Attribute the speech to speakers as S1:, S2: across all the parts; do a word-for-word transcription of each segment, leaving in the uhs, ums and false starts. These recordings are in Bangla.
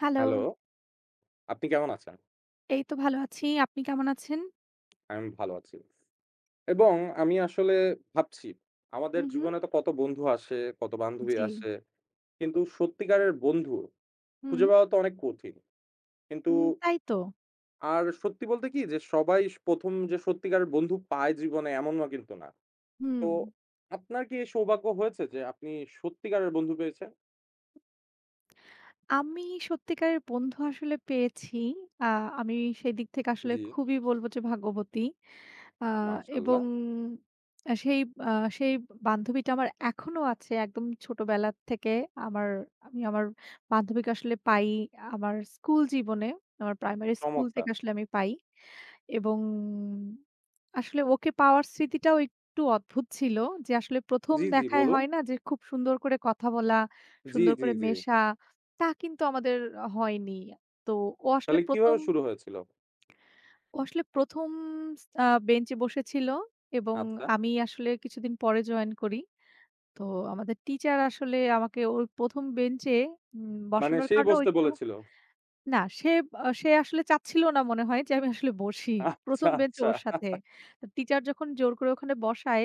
S1: হ্যালো,
S2: হ্যালো, আপনি কেমন আছেন?
S1: এই তো ভালো আছি। আপনি কেমন আছেন?
S2: আমি ভালো আছি। এবং আমি আসলে ভাবছি আমাদের
S1: হু, হু।
S2: জীবনে তো কত বন্ধু আসে, কত বান্ধবী
S1: জি।
S2: আসে। কিন্তু সত্যিকারের বন্ধু খুঁজে
S1: হুম,
S2: পাওয়া তো অনেক কঠিন। কিন্তু
S1: উম তাই তো।
S2: আর সত্যি বলতে কি যে সবাই প্রথম যে সত্যিকারের বন্ধু পায় জীবনে এমনও কিন্তু না।
S1: হুম।
S2: তো আপনার কি এই সৌভাগ্য হয়েছে যে আপনি সত্যিকারের বন্ধু পেয়েছেন?
S1: আমি সত্যিকারের বন্ধু আসলে পেয়েছি। আ আমি সেদিক থেকে আসলে
S2: জি,
S1: খুবই বলব যে ভাগ্যবতী। আ এবং
S2: মাশাআল্লাহ
S1: আ সেই আ সেই বান্ধবীটা আমার এখনো আছে একদম ছোটবেলা থেকে। আমার আমি আমার বান্ধবীকে আসলে পাই আমার স্কুল জীবনে। আমার প্রাইমারি স্কুল
S2: চমৎকার।
S1: থেকে আসলে আমি পাই। এবং আসলে ওকে পাওয়ার স্মৃতিটাও একটু অদ্ভুত ছিল যে আসলে ১ম
S2: জি, জি
S1: দেখায়
S2: বলুন।
S1: হয় না যে খুব সুন্দর করে কথা বলা,
S2: জি,
S1: সুন্দর
S2: জি,
S1: করে
S2: জি।
S1: মেশা। তা কিন্তু আমাদের হয়নি। তো ও আসলে
S2: তাহলে
S1: ১ম
S2: কিভাবে শুরু হয়েছিল?
S1: ও আসলে ১ম আ বেঞ্চে বসেছিল এবং
S2: আচ্ছা।
S1: আমি আসলে কিছুদিন পরে জয়েন করি। তো আমাদের টিচার আসলে আমাকে ওর ১ম বেঞ্চে উম
S2: মানে
S1: বসানোর
S2: সেই
S1: কারণে ও
S2: বসতে
S1: একটু
S2: বলেছিল?
S1: না সে আ সে আসলে চাচ্ছিল না মনে হয় যে আমি আসলে বসি।
S2: আচ্ছা,
S1: ১ম বেঞ্চে
S2: আচ্ছা,
S1: ওর সাথে। টিচার যখন জোর করে ওখানে বসায়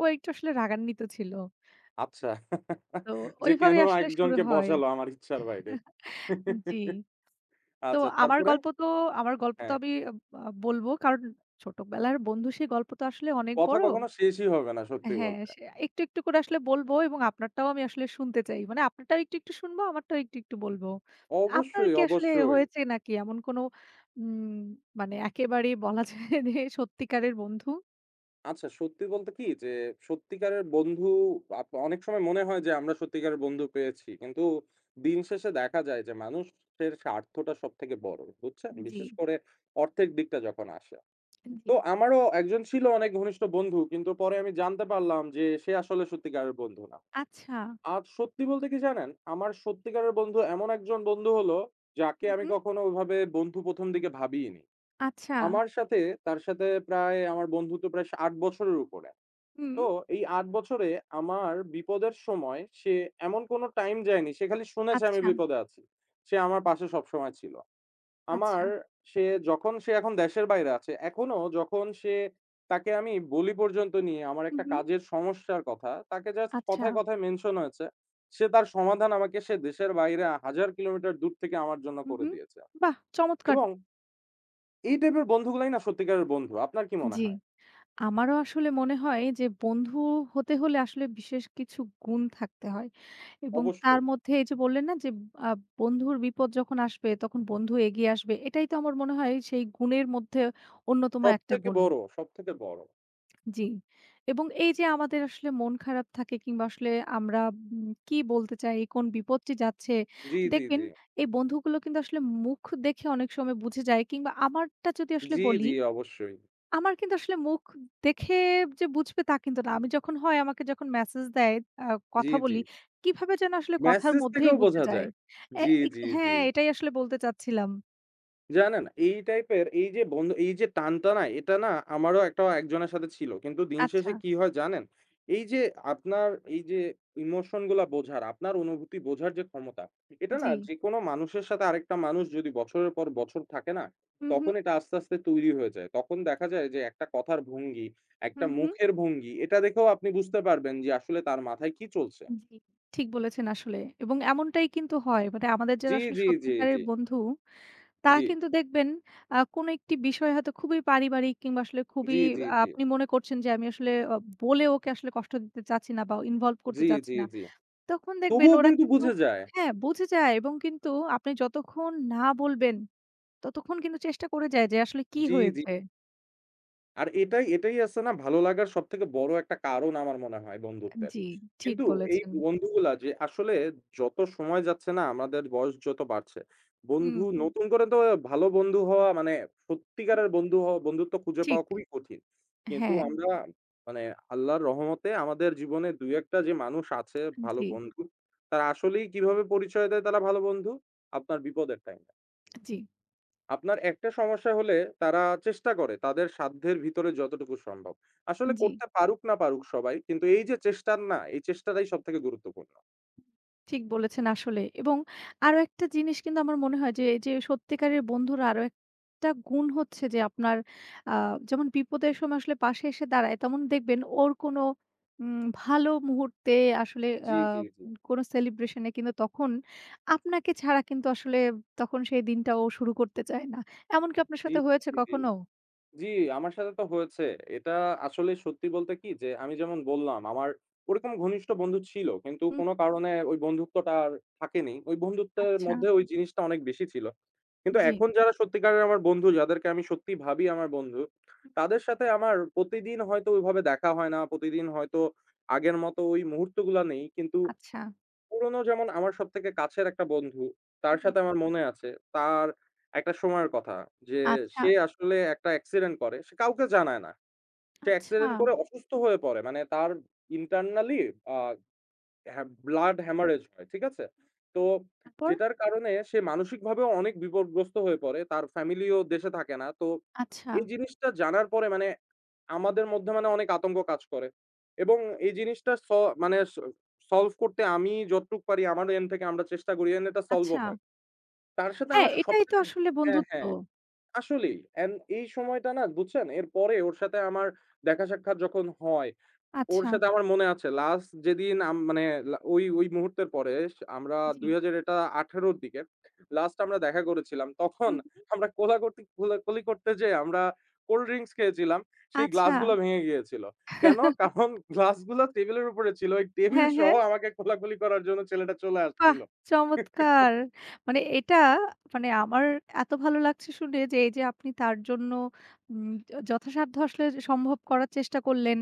S1: ও একটু আসলে রাগান্বিত ছিল।
S2: আচ্ছা।
S1: তো
S2: যে কেন
S1: ওইভাবেই আসলে শুরু
S2: একজনকে
S1: হয়।
S2: বসালো আমার ইচ্ছার বাইরে।
S1: জি। তো
S2: আচ্ছা
S1: আমার
S2: তারপরে?
S1: গল্প তো আমার গল্প তো
S2: হ্যাঁ,
S1: আমি আ বলবো কারণ ছোটবেলার বন্ধু সেই গল্প তো আসলে অনেক
S2: কথা
S1: বড়।
S2: কখনো শেষই হবে না সত্যি
S1: হ্যাঁ,
S2: বলতে।
S1: সে একটু, একটু করে আসলে বলবো এবং আপনারটাও আমি আসলে শুনতে চাই। মানে আপনারটাও একটু, একটু শুনবো, আমারটাও একটু, একটু বলবো। আপনার
S2: অবশ্যই,
S1: কি আসলে
S2: অবশ্যই।
S1: হয়েছে নাকি এমন কোনো উম মানে একেবারেই বলা যায় যে সত্যিকারের বন্ধু?
S2: আচ্ছা সত্যি বলতে কি যে সত্যিকারের বন্ধু আপ অনেক সময় মনে হয় যে আমরা সত্যিকারের বন্ধু পেয়েছি। কিন্তু দিন শেষে দেখা যায় যে মানুষের স্বার্থটা সবথেকে বড়। বুঝছেন?
S1: জি,
S2: বিশেষ করে অর্থের দিকটা যখন আসে।
S1: জি।
S2: তো আমারও একজন ছিল অনেক ঘনিষ্ঠ বন্ধু। কিন্তু পরে আমি জানতে পারলাম যে সে আসলে সত্যিকারের বন্ধু না।
S1: আচ্ছা।
S2: আর সত্যি বলতে কি জানেন? আমার সত্যিকারের বন্ধু এমন একজন বন্ধু হলো, যাকে
S1: হুম,
S2: আমি
S1: হুম।
S2: কখনো ওভাবে বন্ধু প্রথম দিকে ভাবিইনি।
S1: আচ্ছা।
S2: আমার সাথে তার সাথে প্রায় আমার বন্ধুত্ব প্রায় সা আট বছরের উপরে।
S1: হুম।
S2: তো এই আট বছরে আমার বিপদের সময় সে এমন কোনো টাইম যায়নি। সে খালি শুনেছে আমি
S1: আচ্ছা,
S2: বিপদে আছি। সে আমার পাশে সবসময় ছিল। আমার
S1: আচ্ছা।
S2: সে যখন সে এখন দেশের বাইরে আছে, এখনো যখন সে তাকে আমি বলি পর্যন্ত নিয়ে আমার
S1: হুম,
S2: একটা
S1: হুম।
S2: কাজের সমস্যার কথা, তাকে জাস্ট
S1: আচ্ছা।
S2: কথায়, কথায় মেনশন হয়েছে। সে তার সমাধান আমাকে সে দেশের বাইরে হাজার কিলোমিটার দূর থেকে আমার জন্য
S1: হুম,
S2: করে
S1: হুম।
S2: দিয়েছে।
S1: বাহ! চমৎকার।
S2: এবং এই টাইপের বন্ধুগুলাই না সত্যিকারের বন্ধু। আপনার কি মনে
S1: জি।
S2: হয়?
S1: আমারও আসলে মনে হয় যে বন্ধু হতে হলে আসলে বিশেষ কিছু গুণ থাকতে হয় এবং তার
S2: অবশ্যই।
S1: মধ্যে এই যে বললেন না যে আ বন্ধুর বিপদ যখন আসবে তখন বন্ধু এগিয়ে আসবে। এটাই তো আমার মনে হয় সেই গুণের মধ্যে অন্যতম একটা
S2: সবথেকে
S1: গুণ।
S2: বড়, সবথেকে বড়।
S1: জি। এবং এই যে আমাদের আসলে মন খারাপ থাকে কিংবা আসলে আমরা উম কি বলতে চাই, কোন বিপদটি যাচ্ছে,
S2: জি, জি,
S1: দেখবেন
S2: জি।
S1: এই বন্ধুগুলো কিন্তু আসলে মুখ দেখে অনেক সময় বুঝে যায় কিংবা আমারটা যদি আসলে
S2: জি,
S1: বলি
S2: জি, অবশ্যই।
S1: আমার কিন্তু আসলে মুখ দেখে যে বুঝবে তা কিন্তু না। আমি যখন হয় আমাকে যখন মেসেজ দেয়, আ
S2: জি,
S1: কথা
S2: জি।
S1: বলি, কিভাবে যেন আসলে কথার
S2: মেসেজ
S1: মধ্যেই
S2: থেকেও
S1: বুঝে
S2: বোঝা
S1: যায়।
S2: যায়।
S1: এ
S2: জি,
S1: ইক
S2: জি, জি।
S1: হ্যাঁ, এটাই আসলে বলতে চাচ্ছিলাম।
S2: জানেন এই টাইপের এই যে বন্ধু এই যে টানটা না এটা না আমারও একটা একজনের সাথে ছিল। কিন্তু দিন
S1: আচ্ছা,
S2: শেষে কি হয় জানেন? এই যে আপনার এই যে ইমোশন গুলা বোঝার, আপনার অনুভূতি বোঝার যে ক্ষমতা, এটা
S1: জি।
S2: না যেকোনো মানুষের সাথে আরেকটা মানুষ যদি বছরের পর বছর থাকে না,
S1: হুম,
S2: তখন
S1: হুম,
S2: এটা আস্তে, আস্তে তৈরি হয়ে যায়। তখন দেখা যায় যে একটা কথার ভঙ্গি, একটা
S1: হুম, হুম।
S2: মুখের ভঙ্গি এটা দেখেও আপনি বুঝতে পারবেন যে আসলে তার মাথায় কি চলছে।
S1: জি, ঠিক বলেছেন আসলে। এবং এমনটাই কিন্তু হয়। মানে আমাদের যারা
S2: জি,
S1: আসলে
S2: জি, জি, জি,
S1: সত্যিকারের বন্ধু, তারা
S2: জি,
S1: কিন্তু দেখবেন আ কোনো একটি বিষয় হয়তো খুবই পারিবারিক কিংবা আসলে
S2: জি,
S1: খুবই
S2: জি,
S1: আহ, আপনি মনে করছেন যে আমি আসলে অ বলে ওকে আসলে কষ্ট দিতে চাচ্ছি না বা ইনভলভ করতে
S2: জি, জি,
S1: চাচ্ছি
S2: জি,
S1: না।
S2: জি।
S1: তখন দেখবেন
S2: তবুও
S1: ওরা
S2: কিন্তু
S1: কিন্তু
S2: বুঝে যায়।
S1: হ্যাঁ, বুঝে যায় এবং কিন্তু আপনি যতক্ষণ না বলবেন, ততক্ষণ কিন্তু চেষ্টা করে যায় যে আসলে কি
S2: জি, জি।
S1: হয়েছে।
S2: আর এটাই, এটাই আছে না ভালো লাগার সবথেকে বড় একটা কারণ আমার মনে হয় বন্ধুত্বের।
S1: জি, ঠিক
S2: কিন্তু এই
S1: বলেছেন।
S2: বন্ধুগুলা যে আসলে যত সময় যাচ্ছে না আমাদের বয়স যত বাড়ছে, বন্ধু
S1: হুম,
S2: হুম। নতুন করে তো ভালো বন্ধু হওয়া মানে সত্যিকারের বন্ধু হওয়া বন্ধুত্ব খুঁজে
S1: ঠিক।
S2: পাওয়া খুবই কঠিন। কিন্তু
S1: হ্যাঁ,
S2: আমরা মানে আল্লাহর রহমতে আমাদের জীবনে দুই এক টা যে মানুষ আছে ভালো
S1: জি,
S2: বন্ধু, তারা আসলেই কিভাবে পরিচয় দেয় তারা ভালো বন্ধু? আপনার বিপদের টাইমে।
S1: জি,
S2: আপনার একটা সমস্যা হলে তারা চেষ্টা করে তাদের সাধ্যের ভিতরে যতটুকু সম্ভব। আসলে
S1: জি।
S2: করতে পারুক না পারুক সবাই, কিন্তু এই যে চেষ্টার না, এই চেষ্টাটাই সবথেকে গুরুত্বপূর্ণ।
S1: ঠিক বলেছেন আসলে। এবং আরো একটা জিনিস কিন্তু আমার মনে হয় যে, যে সত্যিকারের বন্ধুর আরো একটা গুণ হচ্ছে যে আপনার আ যেমন বিপদের সময় আসলে পাশে এসে দাঁড়ায়, তেমন দেখবেন ওর কোনো উম ভালো মুহূর্তে আসলে আ
S2: জি, জি, জি।
S1: কোনো সেলিব্রেশন এ কিন্তু তখন আপনাকে ছাড়া কিন্তু আসলে তখন সেই দিনটা ও শুরু করতে চায় না। এমন কি আপনার
S2: জি,
S1: সাথে হয়েছে
S2: জি, জি।
S1: কখনো?
S2: জি, আমার সাথে তো হয়েছে। এটা আসলে সত্যি বলতে কি যে আমি যেমন বললাম আমার ওরকম ঘনিষ্ঠ বন্ধু ছিল। কিন্তু
S1: হুম,
S2: কোনো কারণে ওই বন্ধুত্বটা আর থাকেনি। ওই বন্ধুত্বের
S1: আচ্ছা।
S2: মধ্যে ওই জিনিসটা অনেক বেশি ছিল। কিন্তু
S1: জি।
S2: এখন যারা সত্যিকারের আমার বন্ধু, যাদেরকে আমি সত্যিই ভাবি আমার বন্ধু,
S1: হুম,
S2: তাদের সাথে আমার প্রতিদিন হয়তো ওইভাবে দেখা হয় না। প্রতিদিন হয়তো আগের মতো ওই মুহূর্তগুলা নেই। কিন্তু
S1: আচ্ছা।
S2: পুরনো যেমন আমার সবথেকে কাছের একটা বন্ধু, তার
S1: হুম,
S2: সাথে আমার মনে আছে তার একটা সময়ের কথা যে
S1: আচ্ছা,
S2: সে আসলে একটা অ্যাক্সিডেন্ট করে। সে কাউকে জানায় না। সে
S1: আচ্ছা।
S2: অ্যাক্সিডেন্ট করে অসুস্থ হয়ে পড়ে। মানে তার ইন্টারনালি আ হ্যাঁ,
S1: হুম,
S2: ব্লাড হ্যামারেজ হয়। ঠিক আছে? তো
S1: তারপর?
S2: যেটার কারণে সে মানসিকভাবেও অনেক বিপদগ্রস্ত হয়ে পড়ে। তার ফ্যামিলিও দেশে থাকে না। তো
S1: আচ্ছা,
S2: এই জিনিসটা জানার পরে মানে আমাদের মধ্যে মানে অনেক আতঙ্ক কাজ করে এবং এই জিনিসটা স মানে স সলভ করতে আমি যতটুক পারি আমার এন্ড থেকে আমরা চেষ্টা করি and এটা সলভও
S1: আচ্ছা।
S2: হয়। তার সাথে
S1: হ্যাঁ,
S2: আমার
S1: এটাই তো
S2: সবথেকে
S1: আসলে
S2: হ্যাঁ,
S1: বন্ধুত্ব।
S2: হ্যাঁ, আসলেই। এন্ড এই সময়টা না বুঝছেন? এরপরে ওর সাথে আমার দেখা সাক্ষাৎ যখন হয় ওর
S1: আচ্ছা,
S2: সাথে আমার মনে আছে লাস্ট যেদিন আম মানে লা ওই, ওই মুহূর্তের পরে স আমরা
S1: জি।
S2: দুই হাজার আঠারো র দিকে লাস্ট আমরা দেখা করেছিলাম। তখন
S1: হুম, হুম।
S2: আমরা কোলাকুর্তি কোলাকুলি করতে যেয়ে আমরা কোল্ড ড্রিংকস খেয়েছিলাম। সেই
S1: আচ্ছা।
S2: গ্লাসগুলো ভেঙে গিয়েছিল। কেন? কারণ গ্লাসগুলা টেবিলের উপরে ছিল। ওই টেবিল
S1: হ্যাঁ,
S2: সহ
S1: হ্যাঁ।
S2: আমাকে কোলাকুলি করার জন্য ছেলেটা চলে
S1: বাহ!
S2: আসছিল।
S1: চমৎকার। মানে এটা মানে আমার এত ভালো লাগছে শুনে যে এই যে আপনি তার জন্য উম য যথাসাধ্য আসলে সম্ভব করার চেষ্টা করলেন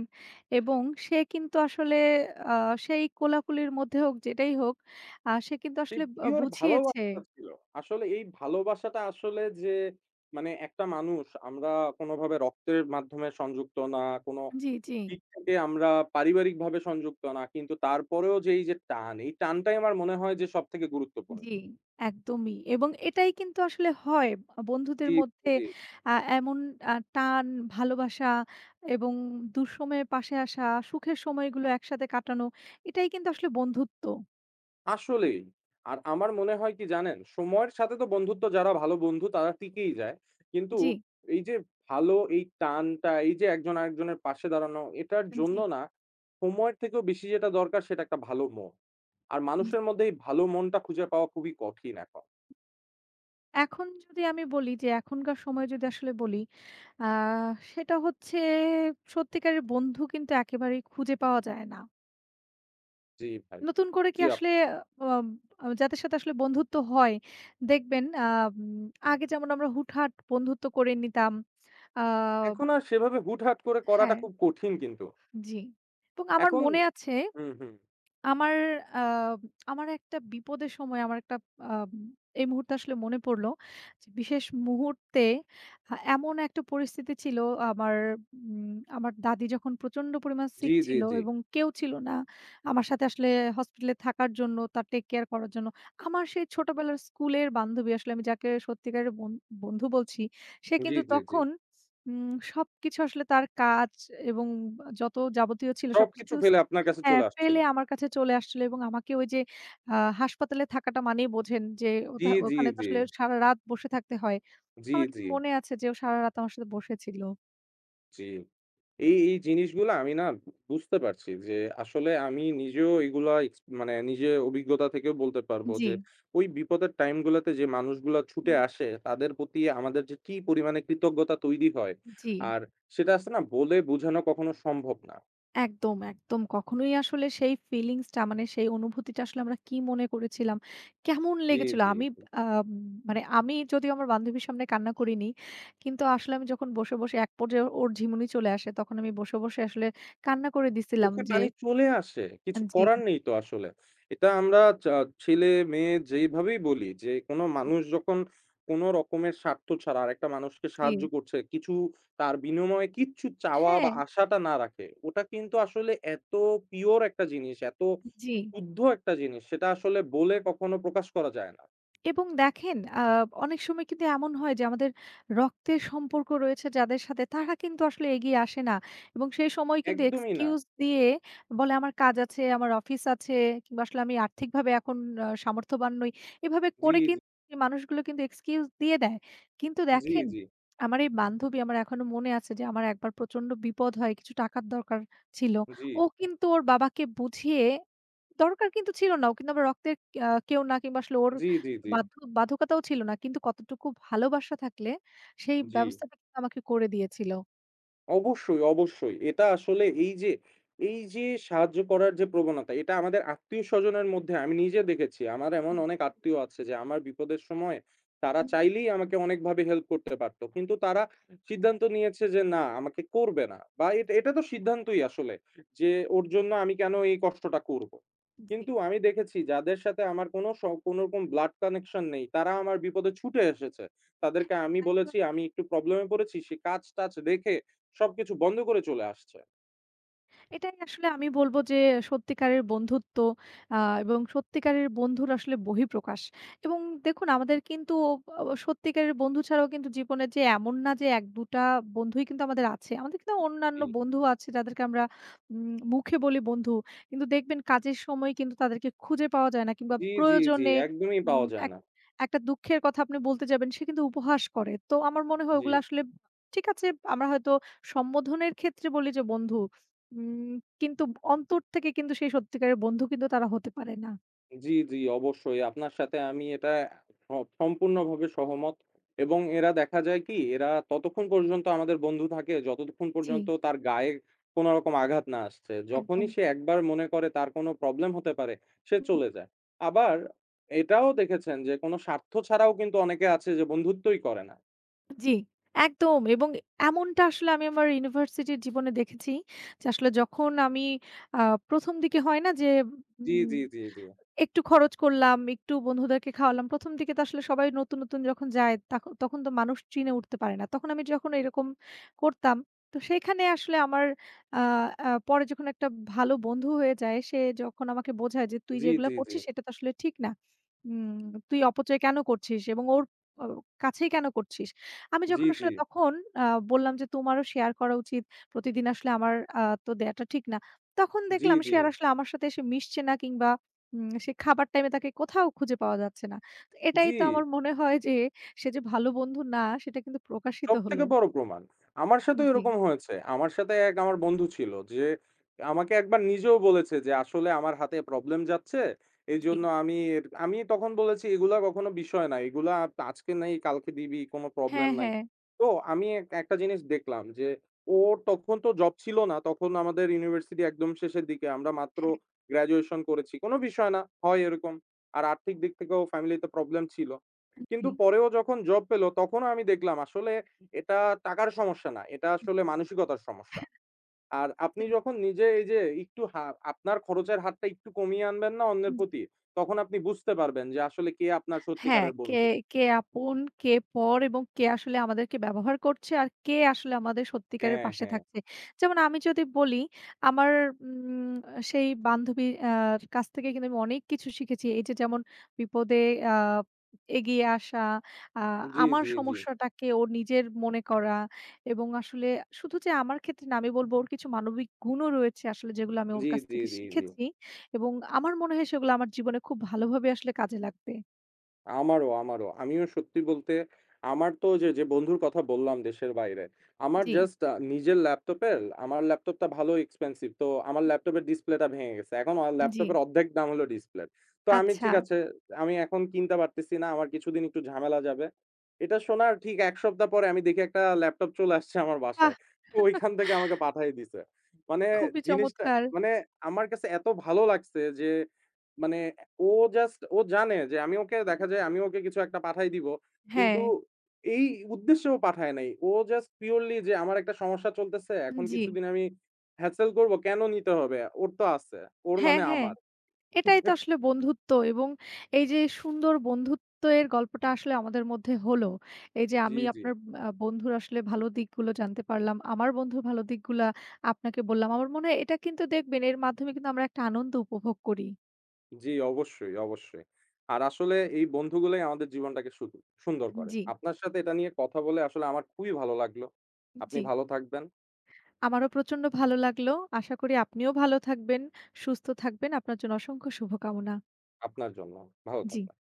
S1: এবং সে কিন্তু আসলে আ সেই কোলাকুলির মধ্যে হোক যেটাই হোক, আ সে কিন্তু
S2: এই
S1: আসলে ব
S2: পিওর
S1: বুঝিয়েছে।
S2: ভালোবাসা ছিল। আসলে এই ভালোবাসাটা আসলে যে মানে একটা মানুষ আমরা কোনোভাবে রক্তের মাধ্যমে সংযুক্ত না, কোনো
S1: জি, জি।
S2: দিক থেকে আমরা পারিবারিকভাবে সংযুক্ত না। কিন্তু তারপরেও যে এই যে টান, এই টানটাই আমার মনে হয় যে সবথেকে গুরুত্বপূর্ণ।
S1: জি, একদমই। এবং এটাই কিন্তু আসলে হয়। আ বন্ধুদের
S2: জি, জি,
S1: মধ্যে
S2: জি।
S1: আ এমন আ টান, ভালোবাসা এবং দুঃসময়ে পাশে আসা, সুখের সময়গুলো একসাথে কাটানো, এটাই কিন্তু আসলে বন্ধুত্ব।
S2: আসলেই। আর আমার মনে হয় কি জানেন? সময়ের সাথে তো বন্ধুত্ব যারা ভালো বন্ধু তারা টিকেই যায়। কিন্তু
S1: জি,
S2: এই যে ভালো এই টানটা, এই যে একজন আরেকজনের পাশে দাঁড়ানো এটার
S1: জি,
S2: জন্য না সময়ের থেকেও বেশি যেটা দরকার সেটা একটা ভালো মন। আর
S1: জি।
S2: মানুষের মধ্যে এই ভালো মনটা খুঁজে পাওয়া খুবই কঠিন এখন।
S1: এখন যদি আমি বলি যে এখনকার সময়ে যদি আসলে বলি, আ সেটা হচ্ছে সত্যিকারের বন্ধু কিন্তু একেবারেই খুঁজে পাওয়া যায় না।
S2: জি ভাই,
S1: নতুন করে কি
S2: জি আপ
S1: আসলে আম যাদের সাথে আসলে বন্ধুত্ব হয়, দেখবেন আম আগে যেমন আমরা হুটহাট বন্ধুত্ব করে নিতাম। আ
S2: এখন আর সেভাবে হুটহাট করে করাটা
S1: হ্যাঁ,
S2: খুব কঠিন কিন্তু।
S1: জি। এবং আমার
S2: এখন
S1: মনে আছে
S2: হুম, হুম।
S1: আমার আ আমার একটা বিপদের সময় আমার একটা আম এই মুহূর্তে আসলে মনে পড়ল। যে বিশেষ মুহূর্তে আ এমন একটা পরিস্থিতি ছিল আমার উম আমার দাদি যখন প্রচন্ড পরিমাণ সিক
S2: জি, জি,
S1: ছিল
S2: জি।
S1: এবং কেউ ছিল না। আমার সাথে আসলে হসপিটালে থাকার জন্য, তার টেক কেয়ার করার জন্য। আমার সেই ছোটবেলার স্কুলের বান্ধবী আসলে আমি যাকে সত্যিকারের বন বন্ধু বলছি, সে
S2: জি,
S1: কিন্তু
S2: জি, জি।
S1: তখন উম সবকিছু আসলে তার কাজ এবং যত যাবতীয় ছিল
S2: সবকিছু
S1: সবকিছু
S2: ফেলে আপনার কাছে
S1: হ্যাঁ,
S2: চলে আসছিল।
S1: ফেলে আমার কাছে চলে আসছিল এবং আমাকে ওই যে আ হাসপাতালে থাকাটা মানেই বোঝেন যে
S2: জি,
S1: ওথা
S2: জি,
S1: ওখানে তো
S2: জি।
S1: আসলে সারারাত বসে থাকতে হয়।
S2: জি,
S1: আমার
S2: জি,
S1: কিন্তু মনে আছে যে ও সারারাত আমার সাথে বসেছিল।
S2: জি। এই, এই জিনিসগুলা আমি না বুঝতে পারছি যে আসলে আমি নিজেও এগুলা এক্স মানে নিজে অভিজ্ঞতা থেকেও বলতে পারবো
S1: জি,
S2: যে ওই বিপদের টাইম গুলাতে যে মানুষগুলা ছুটে
S1: হুম,
S2: আসে তাদের প্রতি আমাদের যে কি পরিমাণে কৃতজ্ঞতা তৈরি হয়।
S1: জি।
S2: আর সেটা আসলে না বলে বোঝানো কখনো সম্ভব না।
S1: একদম, একদম। কখনোই আসলে সেই ফিলিংসটা মানে সেই অনুভূতিটা আসলে আমরা কি মনে করেছিলাম, কেমন
S2: জি,
S1: লেগেছিল?
S2: জি,
S1: আমি
S2: জি।
S1: আম মানে আমি যদিও আমার বান্ধবীর সামনে কান্না করিনি। কিন্তু আসলে আমি যখন বসে, বসে এক পর্যায়ে ওর ঝিমুনি চলে আসে তখন আমি বসে, বসে আসলে কান্না করে দিছিলাম
S2: চোখে
S1: যে
S2: পানি চলে আসে।
S1: আ
S2: কিছু
S1: জি,
S2: করার নেই তো আসলে। এটা আমরা চা ছেলে-মেয়ে যেইভাবেই বলি যে, কোন মানুষ যখন কোন রকমের স্বার্থ ছাড়া আরেকটা মানুষকে
S1: জি।
S2: সাহায্য করছে, কিছু তার বিনিময়ে কিচ্ছু চাওয়া বা
S1: হ্যাঁ,
S2: আশাটা না রাখে, ওটা কিন্তু আসলে এত পিওর একটা জিনিস, এত
S1: জি।
S2: শুদ্ধ একটা জিনিস, সেটা আসলে বলে কখনো প্রকাশ করা যায় না।
S1: এবং দেখেন আ অনেক সময় কিন্তু এমন হয় যে আমাদের রক্তের সম্পর্ক রয়েছে যাদের সাথে তারা কিন্তু আসলে এগিয়ে আসে না। এবং সেই সময় কিন্তু
S2: একদমই না।
S1: এক্সকিউজ দিয়ে বলে আমার কাজ আছে, আমার অফিস আছে কিংবা আসলে আমি আর্থিকভাবে এখন আ সামর্থ্যবান নই। এভাবে
S2: জি,
S1: করে
S2: জি,
S1: কিন্তু এই মানুষগুলো কিন্তু এক্সকিউজ দিয়ে দেয়। কিন্তু
S2: জি,
S1: দেখেন
S2: জি,
S1: আমার এই বান্ধবী আমার এখনো মনে আছে যে আমার একবার প্রচন্ড বিপদ হয় কিছু টাকার দরকার ছিল।
S2: জি,
S1: ও কিন্তু ওর বাবাকে বুঝিয়ে দরকার কিন্তু ছিল না। ও কিন্তু আমার রক্তের আ কেউ না কিংবা আসলে ওর
S2: জি, জি, জি,
S1: বাধ্য বাধ্যকতাও ছিল না। কিন্তু কতটুকু ভালোবাসা থাকলে সেই
S2: জি।
S1: ব্যবস্থাটা কিন্তু আমাকে করে দিয়েছিল।
S2: অবশ্যই, অবশ্যই। এটা আসলে এই যে, এই যে সাহায্য করার যে প্রবণতা, এটা আমাদের আত্মীয়স্বজনের মধ্যে আমি নিজে দেখেছি। আমার এমন অনেক আত্মীয় আছে যে আমার বিপদের সময় তারা
S1: হুম,
S2: চাইলেই আমাকে অনেকভাবে হেল্প করতে পারত। কিন্তু তারা সিদ্ধান্ত নিয়েছে যে না, আমাকে করবে না। বা এটা এটা তো সিদ্ধান্তই আসলে যে ওর জন্য আমি কেন এই কষ্টটা করব?
S1: জি।
S2: কিন্তু আমি দেখেছি যাদের সাথে আমার কোনো স কোনোরকম ব্লাড কানেকশন নেই, তারা আমার বিপদে ছুটে এসেছে। তাদেরকে আমি
S1: তাই তো
S2: বলেছি, "আমি একটু প্রবলেম এ পড়েছি।" সে কাজ-টাজ দেখে সবকিছু বন্ধ করে চলে আসছে।
S1: এটাই আসলে আমি বলব যে সত্যিকারের বন্ধুত্ব আ এবং সত্যিকারের বন্ধুর আসলে বহিঃপ্রকাশ। এবং দেখুন আমাদের কিন্তু অ সত্যিকারের বন্ধু ছাড়াও কিন্তু জীবনে যে এমন না যে এক দুই টা বন্ধুই কিন্তু আমাদের আছে। আমাদের কিন্তু অন্যান্য
S2: জি।
S1: বন্ধুও আছে যাদেরকে আমরা উম মুখে বলি বন্ধু। কিন্তু দেখবেন কাজের সময় কিন্তু তাদেরকে খুঁজে পাওয়া যায় না কিংবা
S2: জি, জি, জি,
S1: প্রয়োজনে
S2: একদমই
S1: উম
S2: পাওয়া যায়
S1: এক
S2: না।
S1: একটা দুঃখের কথা আপনি বলতে যাবেন সে কিন্তু উপহাস করে। তো আমার মনে হয়
S2: জি,
S1: ওগুলো আসলে ঠিক আছে আমরা হয়তো সম্বোধনের ক্ষেত্রে বলি যে বন্ধু। উম কিন্তু অন্তর থেকে কিন্তু সেই সত্যিকারের বন্ধু কিন্তু তারা হতে পারে না।
S2: জি, জি, অবশ্যই আপনার সাথে আমি এটা স সম্পূর্ণভাবে সহমত এবং এরা দেখা যায় কি এরা ততক্ষণ পর্যন্ত আমাদের বন্ধু থাকে যতক্ষণ
S1: জি,
S2: পর্যন্ত তার গায়ে কোনো রকম আঘাত না আসছে।
S1: একদম।
S2: যখনই সে একবার মনে করে তার কোনো প্রবলেম হতে পারে সে
S1: হুম,
S2: চলে যায়। আবার এটাও দেখেছেন যে কোনো স্বার্থ ছাড়াও কিন্তু অনেকে আছে যে বন্ধুত্বই করে না।
S1: জি, একদম এবং এমনটা আসলে আমি আমার ইউনিভার্সিটির জীবনে দেখেছি যে আসলে যখন আমি আ ১ম দিকে হয় না যে
S2: জি,
S1: উম
S2: জি, জি, জি,
S1: একটু খরচ করলাম, একটু বন্ধুদেরকে খাওয়ালাম। ১ম দিকে তো আসলে সবাই নতুন, নতুন যখন যায় তাখ তখন তো মানুষ চিনে উঠতে পারে না। তখন আমি যখন এরকম করতাম, তো সেইখানে আসলে আমার আ আ পরে যখন একটা ভালো বন্ধু হয়ে যায়, সে যখন আমাকে বোঝায় যে, "তুই
S2: জি,
S1: যেগুলা
S2: জি, জি,
S1: করছিস এটা তো আসলে ঠিক না। উম তুই অপচয় কেন করছিস এবং ওর অ কাছেই কেন করছিস?" আমি
S2: জি,
S1: যখন আসলে তখন আ বললাম যে, "তোমারও শেয়ার করা উচিত। প্রতিদিন আসলে আমার আ তো দেয়াটা ঠিক না।" তখন
S2: জি,
S1: দেখলাম
S2: জি,
S1: সে আর আসলে আমার সাথে এসে মিশছে না কিংবা উম সে খাবার টাইমে তাকে কোথাও খুঁজে পাওয়া যাচ্ছে না। তো এটাই
S2: জি।
S1: তো আমার মনে হয় যে সে যে ভালো বন্ধু না সেটা কিন্তু প্রকাশিত হলো।
S2: সবথেকে বড় প্রমাণ। আমার সাথেও
S1: জি।
S2: এরকম হয়েছে। আমার সাথে এক আমার বন্ধু ছিল যে আমাকে একবার নিজেও বলেছে যে, "আসলে আমার হাতে প্রবলেম যাচ্ছে।
S1: জি।
S2: এইজন্য আমি এর" আমি তখন বলেছি, "এগুলা কখনো বিষয় না। এগুলা আপ- আজকে নাই কালকে দিবি, কোনো প্রবলেম
S1: হ্যাঁ,
S2: নাই।"
S1: হ্যাঁ।
S2: তো আমি এক একটা জিনিস দেখলাম যে ওর তখন তো জব ছিল না। তখন আমাদের ইউনিভার্সিটি একদম শেষের দিকে। আমরা মাত্র
S1: হ্যাঁ,
S2: গ্র্যাজুয়েশন করেছি। কোনো বিষয় না, হয় এরকম। আর আর্থিক দিক থেকেও ফ্যামিলিতে প্রবলেম ছিল। কিন্তু পরেও যখন জব পেল তখনও আমি দেখলাম আসলে এটা টাকার সমস্যা না। এটা আসলে মানসিকতার সমস্যা। আর আপনি যখন নিজে এই যে একটু হা আপনার খরচের হাতটা একটু কমিয়ে আনবেন না অন্যের
S1: জি।
S2: প্রতি, তখন আপনি বুঝতে পারবেন যে আসলে কে আপনার
S1: হ্যাঁ,
S2: সত্যিকারের
S1: কে,
S2: বন্ধু।
S1: কে আপন, কে পর এবং কে আসলে আমাদেরকে ব্যবহার করছে আর কে আসলে আমাদের সত্যিকারের
S2: হ্যাঁ,
S1: পাশে
S2: হ্যাঁ।
S1: থাকছে। যেমন আমি যদি বলি আমার উম সেই বান্ধবীর আ কাছ থেকে কিন্তু আমি অনেক কিছু শিখেছি। এই যে যেমন বিপদে আ এগিয়ে আসা, আ
S2: জি,
S1: আমার
S2: জি, জি।
S1: সমস্যাটাকে ওর নিজের মনে করা এবং আসলে শুধু যে আমার ক্ষেত্রে না আমি বলব ওর কিছু মানবিক গুণও রয়েছে আসলে যেগুলো আমি ওর
S2: জি,
S1: কাছ
S2: জি,
S1: থেকে
S2: জি, জি।
S1: শিখেছি এবং আমার মনে হয় সেগুলো আমার জীবনে খুব ভালোভাবে আসলে কাজে লাগবে।
S2: আমারও, আমারও। আমিও সত্যি বলতে আমার তো যে, যে বন্ধুর কথা বললাম দেশের বাইরে, আমার
S1: জি।
S2: জাস্ট আ নিজের ল্যাপটপের আমার ল্যাপটপটা ভালো এক্সপেনসিভ। তো আমার ল্যাপটপের ডিসপ্লেটা ভেঙে গেছে। এখন আমার
S1: জি।
S2: ল্যাপটপের অর্ধেক দাম হলো ডিসপ্লের। তো আমি
S1: আচ্ছা।
S2: ঠিক আছে, আমি এখন কিনতে পারতেছি না। আমার কিছুদিন একটু ঝামেলা যাবে। এটা শোনার ঠিক এক সপ্তাহ পরে আমি দেখি একটা ল্যাপটপ চলে আসছে আমার
S1: বাহ!
S2: বাসায়। তো ওইখান থেকে আমাকে পাঠায় দিছে। মানে
S1: খুবই
S2: জিনিসটা
S1: চমৎকার।
S2: মানে আমার কাছে এত ভালো লাগছে যে মানে ও জাস্ট ও জানে যে আমি ওকে
S1: হুম,
S2: দেখা যায়
S1: হুম।
S2: আমি ওকে কিছু একটা পাঠায় দিব।
S1: হ্যাঁ।
S2: কিন্তু এই উদ্দেশ্যেও পাঠায় নাই। ও জাস্ট পিওরলি যে আমার একটা সমস্যা চলতেছে। এখন
S1: জি।
S2: কিছুদিন আমি হ্যাসেল করব। কেন নিতে হবে? ওর তো আছে। ওর
S1: হ্যাঁ,
S2: মানে
S1: হ্যাঁ।
S2: আমার।
S1: এটাই তো আসলে বন্ধুত্ব এবং এই যে সুন্দর বন্ধুত্বের গল্পটা আসলে আমাদের মধ্যে হলো। এই যে
S2: জি,
S1: আমি
S2: জি।
S1: আপনার আ বন্ধুর আসলে ভালো দিকগুলো জানতে পারলাম। আমার বন্ধুর ভালো দিকগুলা আপনাকে বললাম। আমার মনে হয় এটা কিন্তু দেখবেন এর মাধ্যমে কিন্তু আমরা একটা আনন্দ উপভোগ করি।
S2: জি, অবশ্যই, অবশ্যই। আর আসলে এই বন্ধুগুলোই আমাদের জীবনটাকে শুধু সুন্দর করে।
S1: জি,
S2: আপনার সাথে এটা নিয়ে কথা বলে আসলে আমার খুবই ভালো লাগলো। আপনি
S1: জি।
S2: ভালো থাকবেন।
S1: আমারও প্রচন্ড ভালো লাগলো। আশা করি আপনিও ভালো থাকবেন, সুস্থ থাকবেন। আপনার জন্য অসংখ্য শুভকামনা।
S2: আপনার জন্য। ভালো
S1: জি।
S2: থাকবেন।